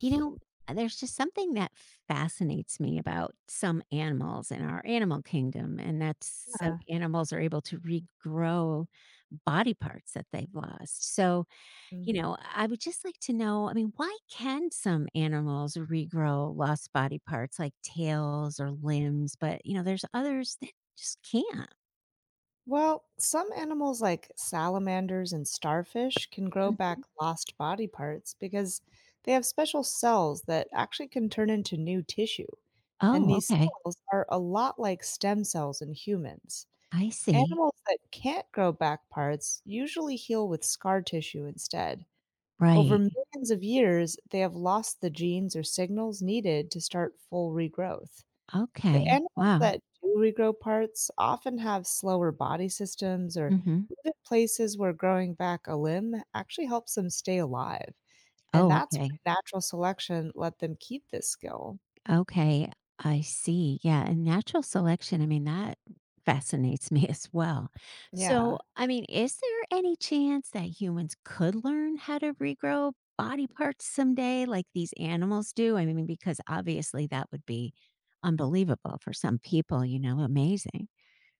You know, there's just something that fascinates me about some animals in our animal kingdom, and that's some Yeah. animals are able to regrow body parts that they've lost. So, Mm. I would just like to know, I mean, why can some animals regrow lost body parts like tails or limbs? But, there's others that just can't. Well, some animals like salamanders and starfish can grow Mhm. back lost body parts because they have special cells that actually can turn into new tissue. And Oh, these okay. cells are a lot like stem cells in humans. I see. Animals that can't grow back parts usually heal with scar tissue instead. Over Right. millions of years, they have lost the genes or signals needed to start full regrowth. The Okay. animals Wow. that do regrow parts often have slower body systems or Hmm. live in places where growing back a limb actually helps them stay alive. And Oh, that's okay. why natural selection let them keep this skill. Okay, I see. Yeah, and natural selection, I mean, that fascinates me as well. So, Yeah. I mean, is there any chance that humans could learn how to regrow body parts someday like these animals do? I mean, because obviously that would be unbelievable for some people, amazing.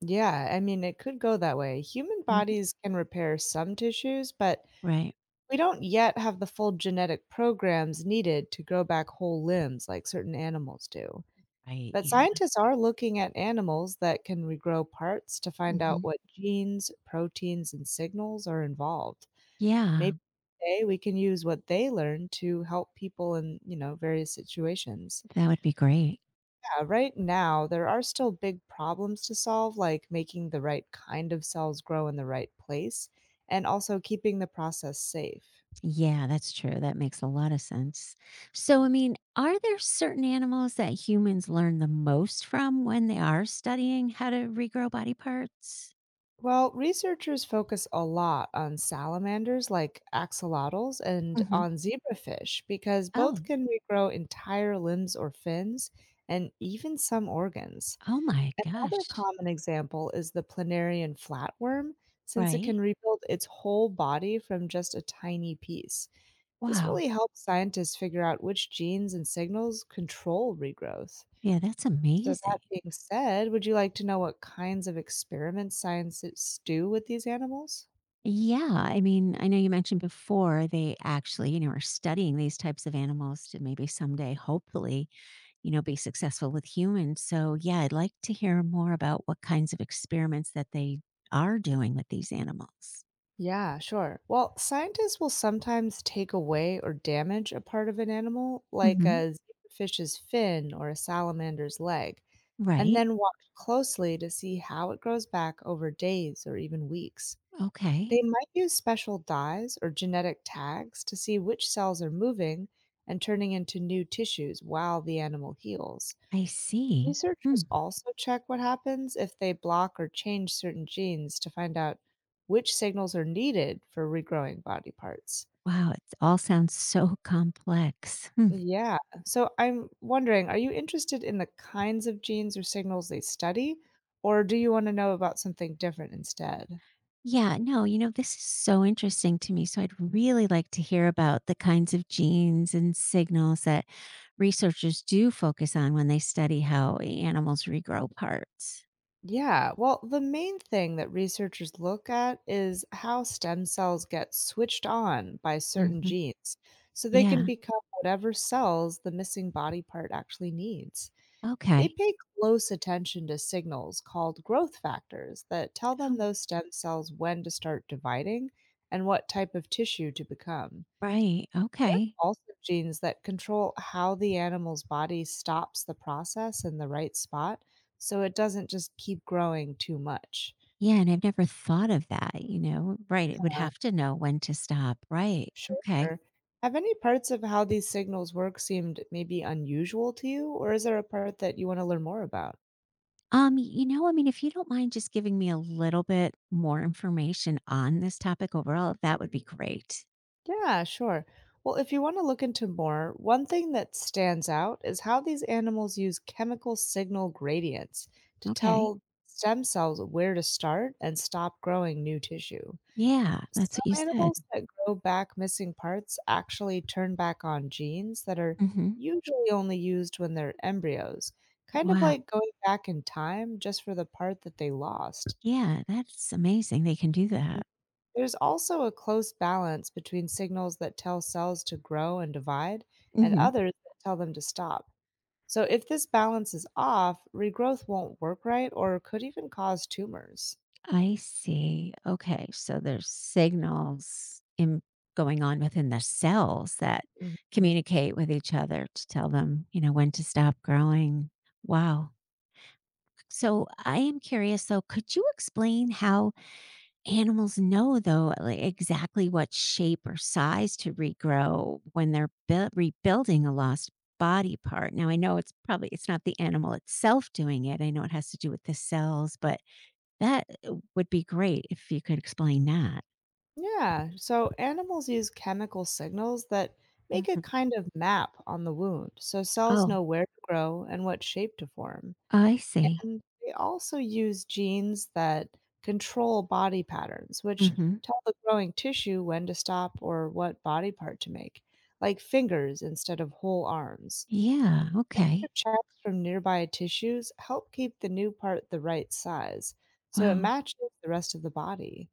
Yeah. I mean, it could go that way. Human Mhm. bodies can repair some tissues, but Right. we don't yet have the full genetic programs needed to grow back whole limbs like certain animals do. Right. But Yeah. scientists are looking at animals that can regrow parts to find out Hmm. what genes, proteins, and signals are involved. Yeah, Maybe today we can use what they learn to help people in, various situations. that would be great. Yeah, right now there are still big problems to solve, like making the right kind of cells grow in the right place, and also keeping the process safe. Yeah, that's true. That makes a lot of sense. So, I mean, are there certain animals that humans learn the most from when they are studying how to regrow body parts? Well, researchers focus a lot on salamanders like axolotls and Hmm. on zebrafish, because Oh, both can regrow entire limbs or fins and even some organs. oh my Another gosh. common example is the planarian flatworm, since it Right? can rebuild its whole body from just a tiny piece. This Wow. really helps scientists figure out which genes and signals control regrowth. Yeah, that's So that amazing. being said, would you like to know what kinds of experiments scientists do with these animals? Yeah, I mean, I know you mentioned before they actually, are studying these types of animals to maybe someday, hopefully, be successful with humans. So, yeah, I'd like to hear more about what kinds of experiments that they are doing with these animals. Yeah, sure. Well, scientists will sometimes take away or damage a part of an animal, like Hmm. a fish's fin or a salamander's leg, and Right. then watch closely to see how it grows back over days or even weeks. They Okay. might use special dyes or genetic tags to see which cells are moving and turning into new tissues while the animal heals. I see. Hmm. Researchers also check what happens if they block or change certain genes to find out which signals are needed for regrowing body parts. Wow. It all sounds so complex. Hmm. Yeah. So I'm wondering, are you interested in the kinds of genes or signals they study, or do you want to know about something different instead? Yeah. No, this is so interesting to me. So, I'd really like to hear about the kinds of genes and signals that researchers do focus on when they study how animals regrow parts. Yeah, well, the main thing that researchers look at is how stem cells get switched on by certain Hmm. genes, so they can Yeah. become whatever cells the missing body part actually needs. They Okay. pay close attention to signals called growth factors that tell them those stem cells when to start dividing and what type of tissue to become. Right, There are okay. also genes that control how the animal's body stops the process in the right spot, so it doesn't just keep growing too much. Yeah, and I've never thought of that, you know? Right, it would Uh, have to know when to stop, right, sure. okay. Have any parts of how these signals work seemed maybe unusual to you, or is there a part that you want to learn more about? I mean, if you don't mind just giving me a little bit more information on this topic overall, that would be great. Yeah, sure. Well, if you want to look into more, one thing that stands out is how these animals use chemical signal gradients to Okay. tell stem cells where to start and stop growing new tissue. Yeah, that's Some what you said. animals that grow back missing parts actually turn back on genes that are Mhm. usually only used when they're embryos, kind of Wow. like going back in time just for the part that they lost. Yeah, that's amazing they can do that. There's also a close balance between signals that tell cells to grow and divide, and Mhm. others that tell them to stop. So, if this balance is off, regrowth won't work right or could even cause tumors. I see. Okay. So there's signals in going on within the cells that Mhm. communicate with each other to tell them, when to stop growing. Wow. So I am curious though, could you explain how animals know though, like, exactly what shape or size to regrow when they're rebuilding a lost body part? Now I know it's not the animal itself doing it. I know it has to do with the cells, but that would be great if you could explain that. Yeah, so animals use chemical signals that make a Mhm. kind of map on the wound, so cells Oh, know where to grow and what shape to form. I see. And they also use genes that control body patterns, which Mhm. tell the growing tissue when to stop or what body part to make, like fingers instead of whole arms. Yeah, Extra okay. checks from nearby tissues help keep the new part the right size, so it Wow. matches the rest of the body.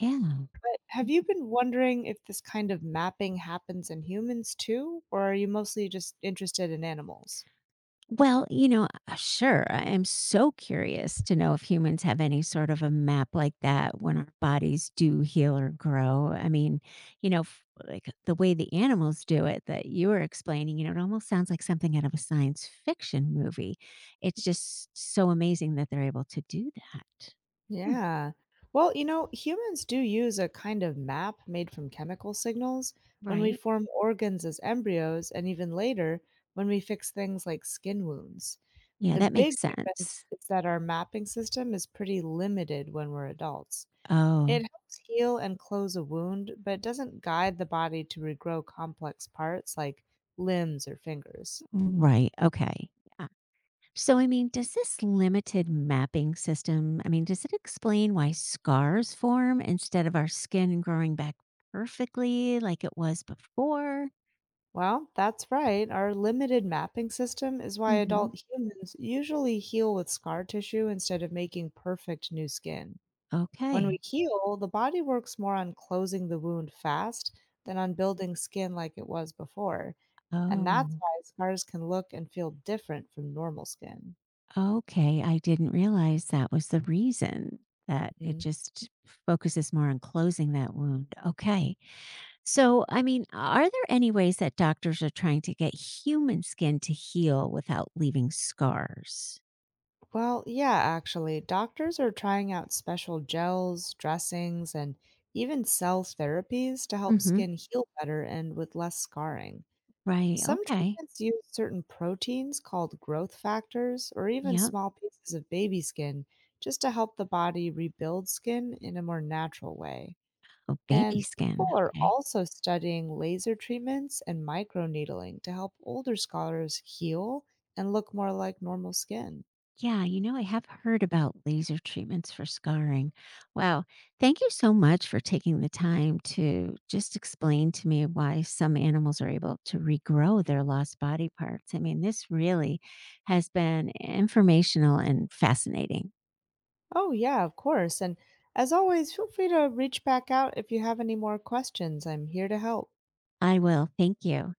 Yeah. But have you been wondering if this kind of mapping happens in humans too, or are you mostly just interested in animals? Well, sure, I am so curious to know if humans have any sort of a map like that when our bodies do heal or grow. I mean, f like, the way the animals do it that you were explaining, it almost sounds like something out of a science fiction movie. It's just so amazing that they're able to do that. Hmm, Yeah. Well, you know, humans do use a kind of map made from chemical signals when we right? form organs as embryos, and even later when we fix things like skin wounds. Yeah, The that big makes difference sense. is that our mapping system is pretty limited when we're adults. It Oh, helps heal and close a wound, but doesn't guide the body to regrow complex parts like limbs or fingers. right. Okay. Yeah. So, I mean, does this limited mapping system, I mean, does it explain why scars form instead of our skin growing back perfectly like it was before? Well, that's right. Our limited mapping system is why Hmm. adult humans usually heal with scar tissue instead of making perfect new skin. When Okay. we heal, the body works more on closing the wound fast than on building skin like it was before. And that's Oh, why scars can look and feel different from normal skin. okay. I didn't realize that was the reason that it Mhm. just focuses more on closing that wound. Okay. So, I mean, are there any ways that doctors are trying to get human skin to heal without leaving scars? Well, yeah, actually, doctors are trying out special gels, dressings, and even cell therapies to help Hmm. skin heal better and with less scarring. Right. Some Okay. treatments use certain proteins called growth factors, or even Yep. small pieces of baby skin, just to help the body rebuild skin in a more natural way. Oh, baby And people skin. are Okay. also studying laser treatments and microneedling to help older scholars heal and look more like normal skin. Yeah. I have heard about laser treatments for scarring. Wow. Thank you so much for taking the time to just explain to me why some animals are able to regrow their lost body parts. I mean, this really has been informational and fascinating. Oh, yeah, of course. And as always, feel free to reach back out if you have any more questions. I'm here to help. I will. Thank you.